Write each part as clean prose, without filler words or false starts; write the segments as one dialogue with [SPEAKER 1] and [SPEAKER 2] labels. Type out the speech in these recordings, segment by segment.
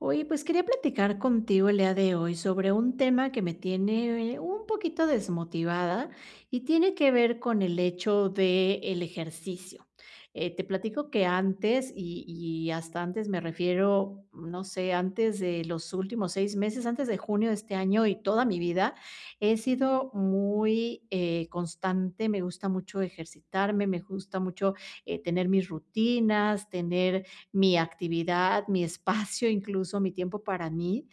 [SPEAKER 1] Oye, pues quería platicar contigo el día de hoy sobre un tema que me tiene un poquito desmotivada y tiene que ver con el hecho del ejercicio. Te platico que antes, y hasta antes me refiero, no sé, antes de los últimos 6 meses, antes de junio de este año y toda mi vida, he sido muy constante, me gusta mucho ejercitarme, me gusta mucho tener mis rutinas, tener mi actividad, mi espacio, incluso mi tiempo para mí,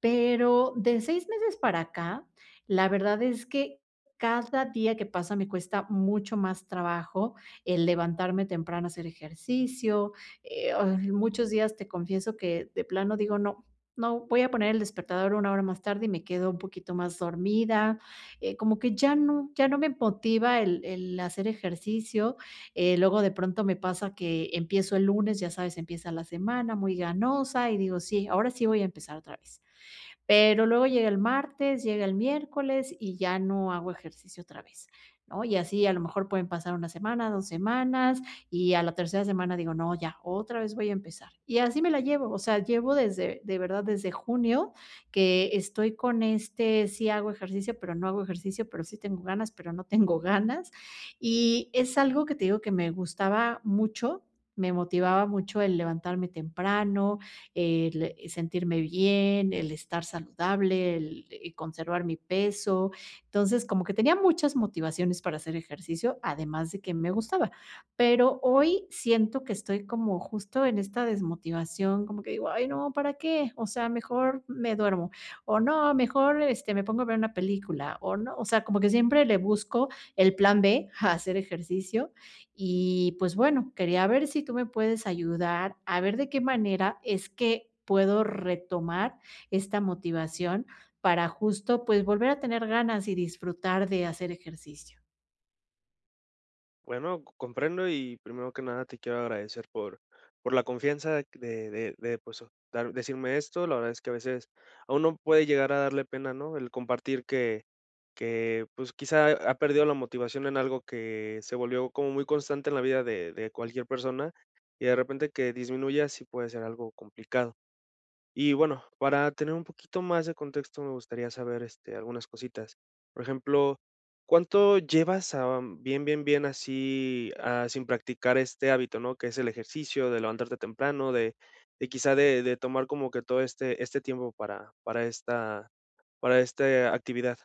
[SPEAKER 1] pero de 6 meses para acá, la verdad es que cada día que pasa me cuesta mucho más trabajo el levantarme temprano a hacer ejercicio, ay, muchos días te confieso que de plano digo: "No, no, voy a poner el despertador una hora más tarde", y me quedo un poquito más dormida, como que ya no me motiva el hacer ejercicio, luego de pronto me pasa que empiezo el lunes, ya sabes, empieza la semana muy ganosa y digo, sí, ahora sí voy a empezar otra vez. Pero luego llega el martes, llega el miércoles y ya no hago ejercicio otra vez, ¿no? Y así a lo mejor pueden pasar una semana, 2 semanas, y a la tercera semana digo: "No, ya, otra vez voy a empezar". Y así me la llevo, o sea, llevo desde de verdad, desde junio que estoy con este, sí hago ejercicio, pero no hago ejercicio, pero sí tengo ganas, pero no tengo ganas. Y es algo que te digo que me gustaba mucho, me motivaba mucho el levantarme temprano, el sentirme bien, el estar saludable, el conservar mi peso. Entonces, como que tenía muchas motivaciones para hacer ejercicio, además de que me gustaba. Pero hoy siento que estoy como justo en esta desmotivación, como que digo, ay, no, ¿para qué? O sea, mejor me duermo, o no, mejor este, me pongo a ver una película, o no, o sea, como que siempre le busco el plan B a hacer ejercicio y pues bueno, quería ver si tú me puedes ayudar a ver de qué manera es que puedo retomar esta motivación para justo pues volver a tener ganas y disfrutar de hacer ejercicio.
[SPEAKER 2] Bueno, comprendo y primero que nada te quiero agradecer por la confianza de decirme esto. La verdad es que a veces a uno puede llegar a darle pena, ¿no? El compartir que pues quizá ha perdido la motivación en algo que se volvió como muy constante en la vida de cualquier persona y de repente que disminuya sí puede ser algo complicado. Y bueno, para tener un poquito más de contexto, me gustaría saber, algunas cositas. Por ejemplo, ¿cuánto llevas, am, bien, bien, bien así, ah, sin practicar este hábito, ¿no? Que es el ejercicio, de levantarte temprano, de quizá de tomar como que todo este tiempo para esta para esta actividad.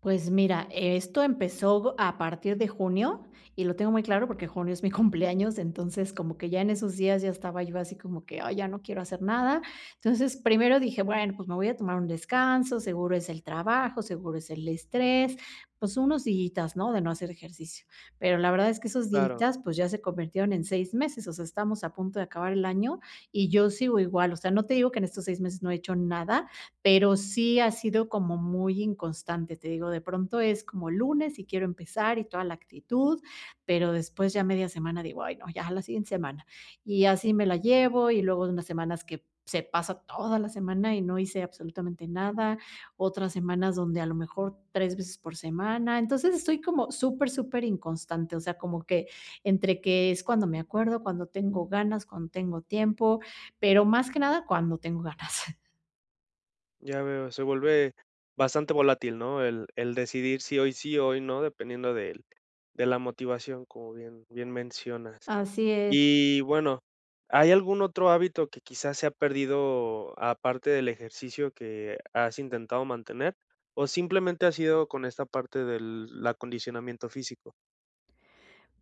[SPEAKER 1] Pues mira, esto empezó a partir de junio y lo tengo muy claro porque junio es mi cumpleaños, entonces como que ya en esos días ya estaba yo así como que, ay, ya no quiero hacer nada. Entonces primero dije, bueno, pues me voy a tomar un descanso, seguro es el trabajo, seguro es el estrés, pues unos días, ¿no? De no hacer ejercicio. Pero la verdad es que esos
[SPEAKER 2] Claro,
[SPEAKER 1] días pues ya se convirtieron en 6 meses, o sea, estamos a punto de acabar el año y yo sigo igual, o sea, no te digo que en estos 6 meses no he hecho nada, pero sí ha sido como muy inconstante, te digo, de pronto es como lunes y quiero empezar y toda la actitud, pero después ya media semana digo: "Ay, no, ya la siguiente semana". Y así me la llevo, y luego unas semanas que se pasa toda la semana y no hice absolutamente nada, otras semanas donde a lo mejor 3 veces por semana. Entonces, estoy como súper, súper inconstante, o sea, como que entre que es cuando me acuerdo, cuando tengo ganas, cuando tengo tiempo, pero más que nada cuando tengo ganas.
[SPEAKER 2] ya veo, se vuelve bastante volátil, ¿no? El decidir si hoy sí, hoy no, dependiendo del de la motivación, como bien mencionas.
[SPEAKER 1] Así es.
[SPEAKER 2] Y bueno, ¿hay algún otro hábito que quizás se ha perdido aparte del ejercicio que has intentado mantener? ¿O simplemente ha sido con esta parte del acondicionamiento físico?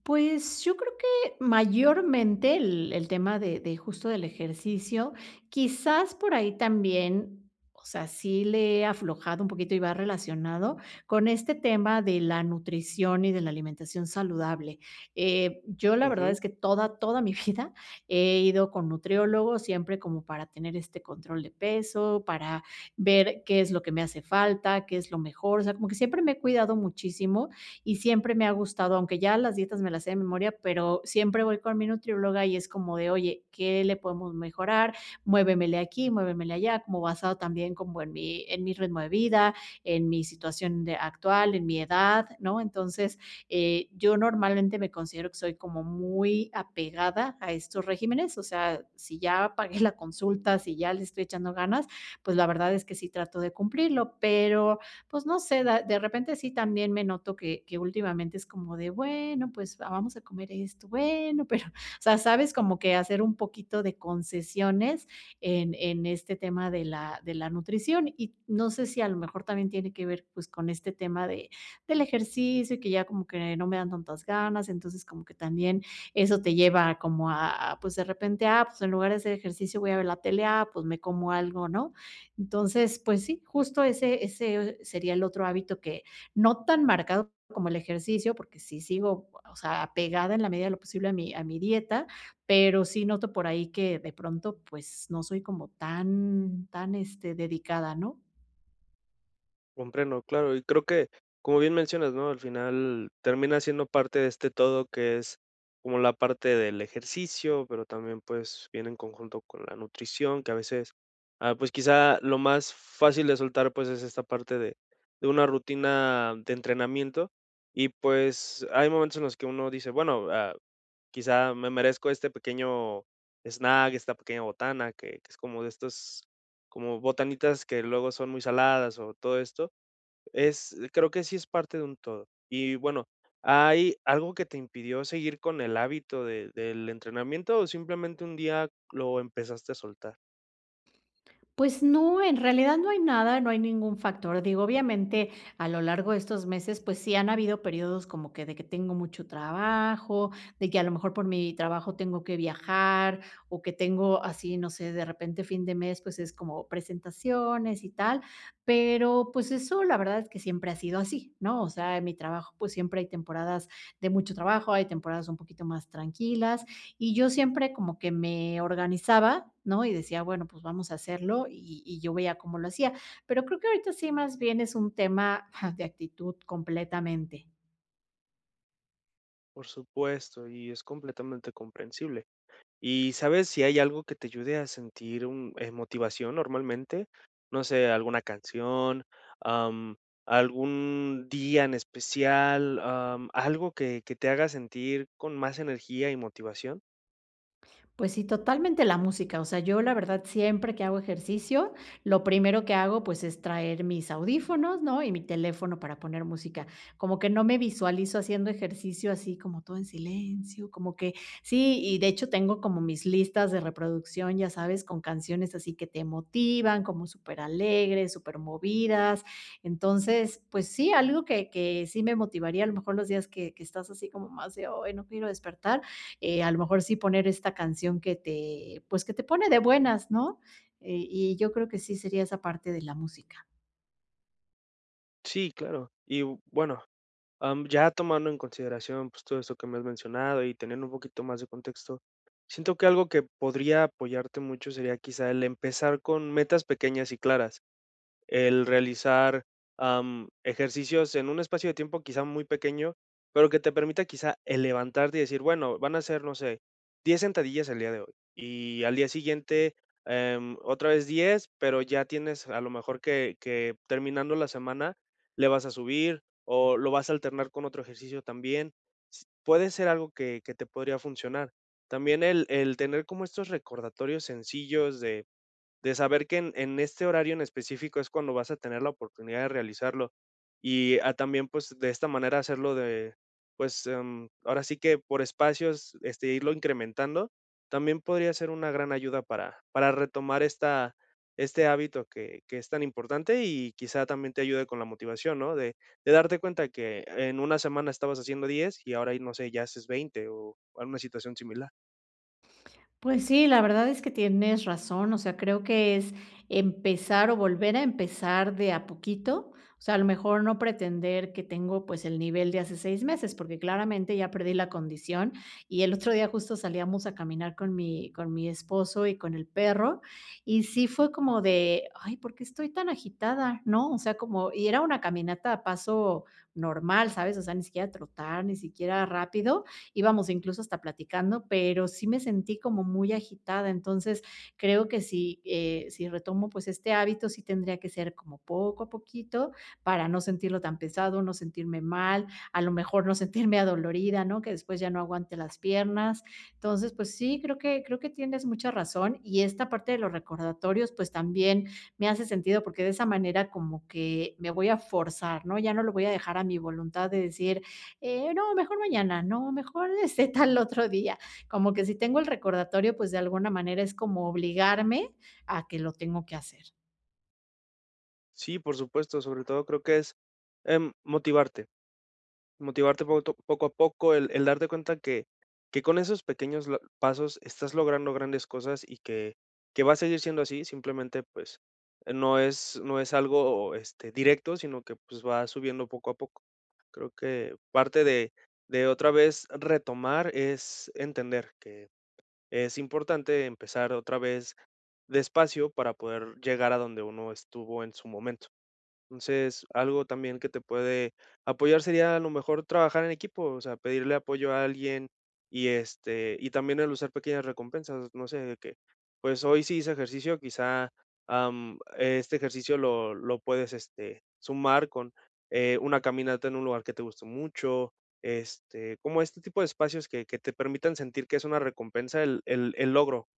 [SPEAKER 1] Pues, yo creo que mayormente el tema de justo del ejercicio, quizás por ahí también, o sea, sí le he aflojado un poquito y va relacionado con este tema de la nutrición y de la alimentación saludable. Yo la verdad es que toda, toda mi vida he ido con nutriólogos, siempre como para tener este control de peso, para ver qué es lo que me hace falta, qué es lo mejor, o sea, como que siempre me he cuidado muchísimo y siempre me ha gustado, aunque ya las dietas me las sé de memoria, pero siempre voy con mi nutrióloga y es como de, oye, ¿qué le podemos mejorar? Muévemele aquí, muévemele allá, como basado también como en mi, ritmo de vida, en mi situación actual, en mi edad, ¿no? Entonces, yo normalmente me considero que soy como muy apegada a estos regímenes, o sea, si ya pagué la consulta, si ya le estoy echando ganas, pues la verdad es que sí trato de cumplirlo, pero pues no sé, de repente sí también me noto que, últimamente es como de, bueno, pues ah, vamos a comer esto, bueno, pero, o sea, sabes, como que hacer un poquito de concesiones en, este tema de la, nutrición y no sé si a lo mejor también tiene que ver pues con este tema del ejercicio y que ya como que no me dan tantas ganas, entonces como que también eso te lleva como a, pues de repente, ah, pues en lugar de hacer ejercicio voy a ver la tele, ah, pues me como algo, ¿no? Entonces, pues sí, justo ese sería el otro hábito que no tan marcado como el ejercicio, porque sí sigo, o sea, apegada en la medida de lo posible a mi dieta, pero sí noto por ahí que de pronto, pues, no soy como tan este, dedicada, ¿no?
[SPEAKER 2] Comprendo, claro, y como bien mencionas, ¿no? Al final termina siendo parte de este todo que es como la parte del ejercicio, pero también pues viene en conjunto con la nutrición, que a veces, ah, pues quizá lo más fácil de soltar pues es esta parte de una rutina de entrenamiento y pues hay momentos en los que uno dice, bueno, ah, quizá me merezco este pequeño snack, esta pequeña botana, que es como de estos, como botanitas que luego son muy saladas o todo esto es creo que sí es parte de un todo. Y bueno, ¿hay algo que te impidió seguir con el hábito de del entrenamiento o simplemente un día lo empezaste a soltar?
[SPEAKER 1] Pues no, en realidad no hay nada, no hay ningún factor. Digo, obviamente, a lo largo de estos meses, pues sí han habido periodos como que de que tengo mucho trabajo, de que a lo mejor por mi trabajo tengo que viajar o que tengo así, no sé, de repente fin de mes, pues es como presentaciones y tal, pero pues eso la verdad es que siempre ha sido así, ¿no? O sea, en mi trabajo pues siempre hay temporadas de mucho trabajo, hay temporadas un poquito más tranquilas y yo siempre como que me organizaba, ¿no? Y decía, bueno, pues vamos a hacerlo y, yo veía cómo lo hacía. Pero creo que ahorita sí más bien es un tema de actitud completamente.
[SPEAKER 2] Por supuesto, y es completamente comprensible. ¿Y sabes si hay algo que te ayude a sentir un motivación normalmente? No sé, alguna canción, am, algún día en especial, algo que te haga sentir con más energía y motivación.
[SPEAKER 1] Pues sí, totalmente la música. O sea, yo la verdad siempre que hago ejercicio, lo primero que hago pues es traer mis audífonos, ¿no? Y mi teléfono para poner música. Como que no me visualizo haciendo ejercicio así como todo en silencio, como que sí, y de hecho tengo como mis listas de reproducción, ya sabes, con canciones así que te motivan, como súper alegres, súper movidas. Entonces, pues sí, algo que, sí me motivaría a lo mejor los días que, estás así como más de, hoy no quiero despertar, a lo mejor sí poner esta canción que te, pues que te pone de buenas, ¿no? Y yo creo que sí sería esa parte de la música.
[SPEAKER 2] Sí, claro. Y bueno, ya tomando en consideración, pues, todo esto que me has mencionado y teniendo un poquito más de contexto, siento que algo que podría apoyarte mucho sería quizá el empezar con metas pequeñas y claras el realizar, ejercicios en un espacio de tiempo quizá muy pequeño, pero que te permita quizá el levantarte y decir, bueno, van a ser, no sé, 10 sentadillas el día de hoy y al día siguiente, otra vez diez, pero ya tienes a lo mejor que terminando la semana le vas a subir o lo vas a alternar con otro ejercicio también. S puede ser algo que te podría funcionar. También el tener como estos recordatorios sencillos de saber que en este horario en específico es cuando vas a tener la oportunidad de realizarlo. Y ah, también, pues, de esta manera hacerlo de, pues, ahora sí que por espacios, irlo incrementando, también podría ser una gran ayuda para retomar esta, este hábito que es tan importante y quizá también te ayude con la motivación, ¿no? De darte cuenta que en una semana estabas haciendo 10 y ahora, no sé, ya haces 20 o alguna situación similar.
[SPEAKER 1] Pues sí, la verdad es que tienes razón, o sea, creo que es empezar o volver a empezar de a poquito, o sea, a lo mejor no pretender que tengo pues el nivel de hace 6 meses, porque claramente ya perdí la condición y el otro día justo salíamos a caminar con mi, esposo y con el perro y sí fue como de, ay, ¿por qué estoy tan agitada? ¿No? O sea, como, y era una caminata a paso normal, ¿sabes? O sea, ni siquiera trotar, ni siquiera rápido íbamos incluso hasta platicando, pero sí me sentí como muy agitada. Entonces, creo que si retomo pues este hábito, sí tendría que ser como poco a poquito para no sentirlo tan pesado, no sentirme mal, a lo mejor no sentirme adolorida, ¿no? Que después ya no aguante las piernas. Entonces, pues sí, creo creo que tienes mucha razón y esta parte de los recordatorios pues también me hace sentido porque de esa manera como que me voy a forzar, ¿no? Ya no lo voy a dejar a mi voluntad de decir, no, mejor mañana, no, mejor este tal otro día. Como que si tengo el recordatorio, pues de alguna manera es como obligarme a que lo tengo que hacer.
[SPEAKER 2] Sí, por supuesto, sobre todo creo que es motivarte. Motivarte poco a poco, el darte cuenta que con esos pequeños lo pasos estás logrando grandes cosas y que va a seguir siendo así, simplemente, pues, no es algo, este, directo, sino que, pues, va subiendo poco a poco. Creo que parte de otra vez retomar es entender que es importante empezar otra vez despacio para poder llegar a donde uno estuvo en su momento. Entonces, algo también que te puede apoyar sería a lo mejor trabajar en equipo, o sea, pedirle apoyo a alguien y este, y también el usar pequeñas recompensas, no sé, de que pues hoy sí hice ejercicio, quizá este ejercicio lo puedes este, sumar con una caminata en un lugar que te gustó mucho, este, como este tipo de espacios que te permitan sentir que es una recompensa el logro.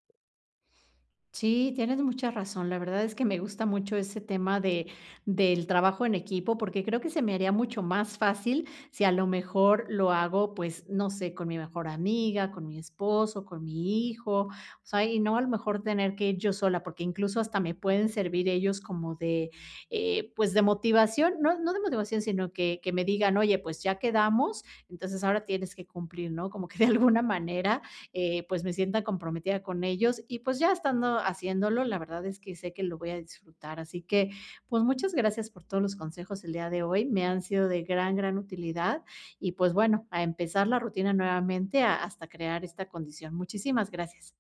[SPEAKER 1] Sí, tienes mucha razón. La verdad es que me gusta mucho ese tema de, del trabajo en equipo, porque creo que se me haría mucho más fácil si a lo mejor lo hago, pues, no sé, con mi mejor amiga, con mi esposo, con mi hijo, o sea, y no a lo mejor tener que ir yo sola, porque incluso hasta me pueden servir ellos como de, pues, de motivación, no, no de motivación, sino que, me digan, oye, pues ya quedamos, entonces ahora tienes que cumplir, ¿no? Como que de alguna manera pues me sienta comprometida con ellos y pues ya estando haciéndolo, la verdad es que sé que lo voy a disfrutar. Así que pues muchas gracias por todos los consejos el día de hoy, me han sido de gran, gran utilidad y pues bueno, a empezar la rutina nuevamente hasta crear esta condición. Muchísimas gracias.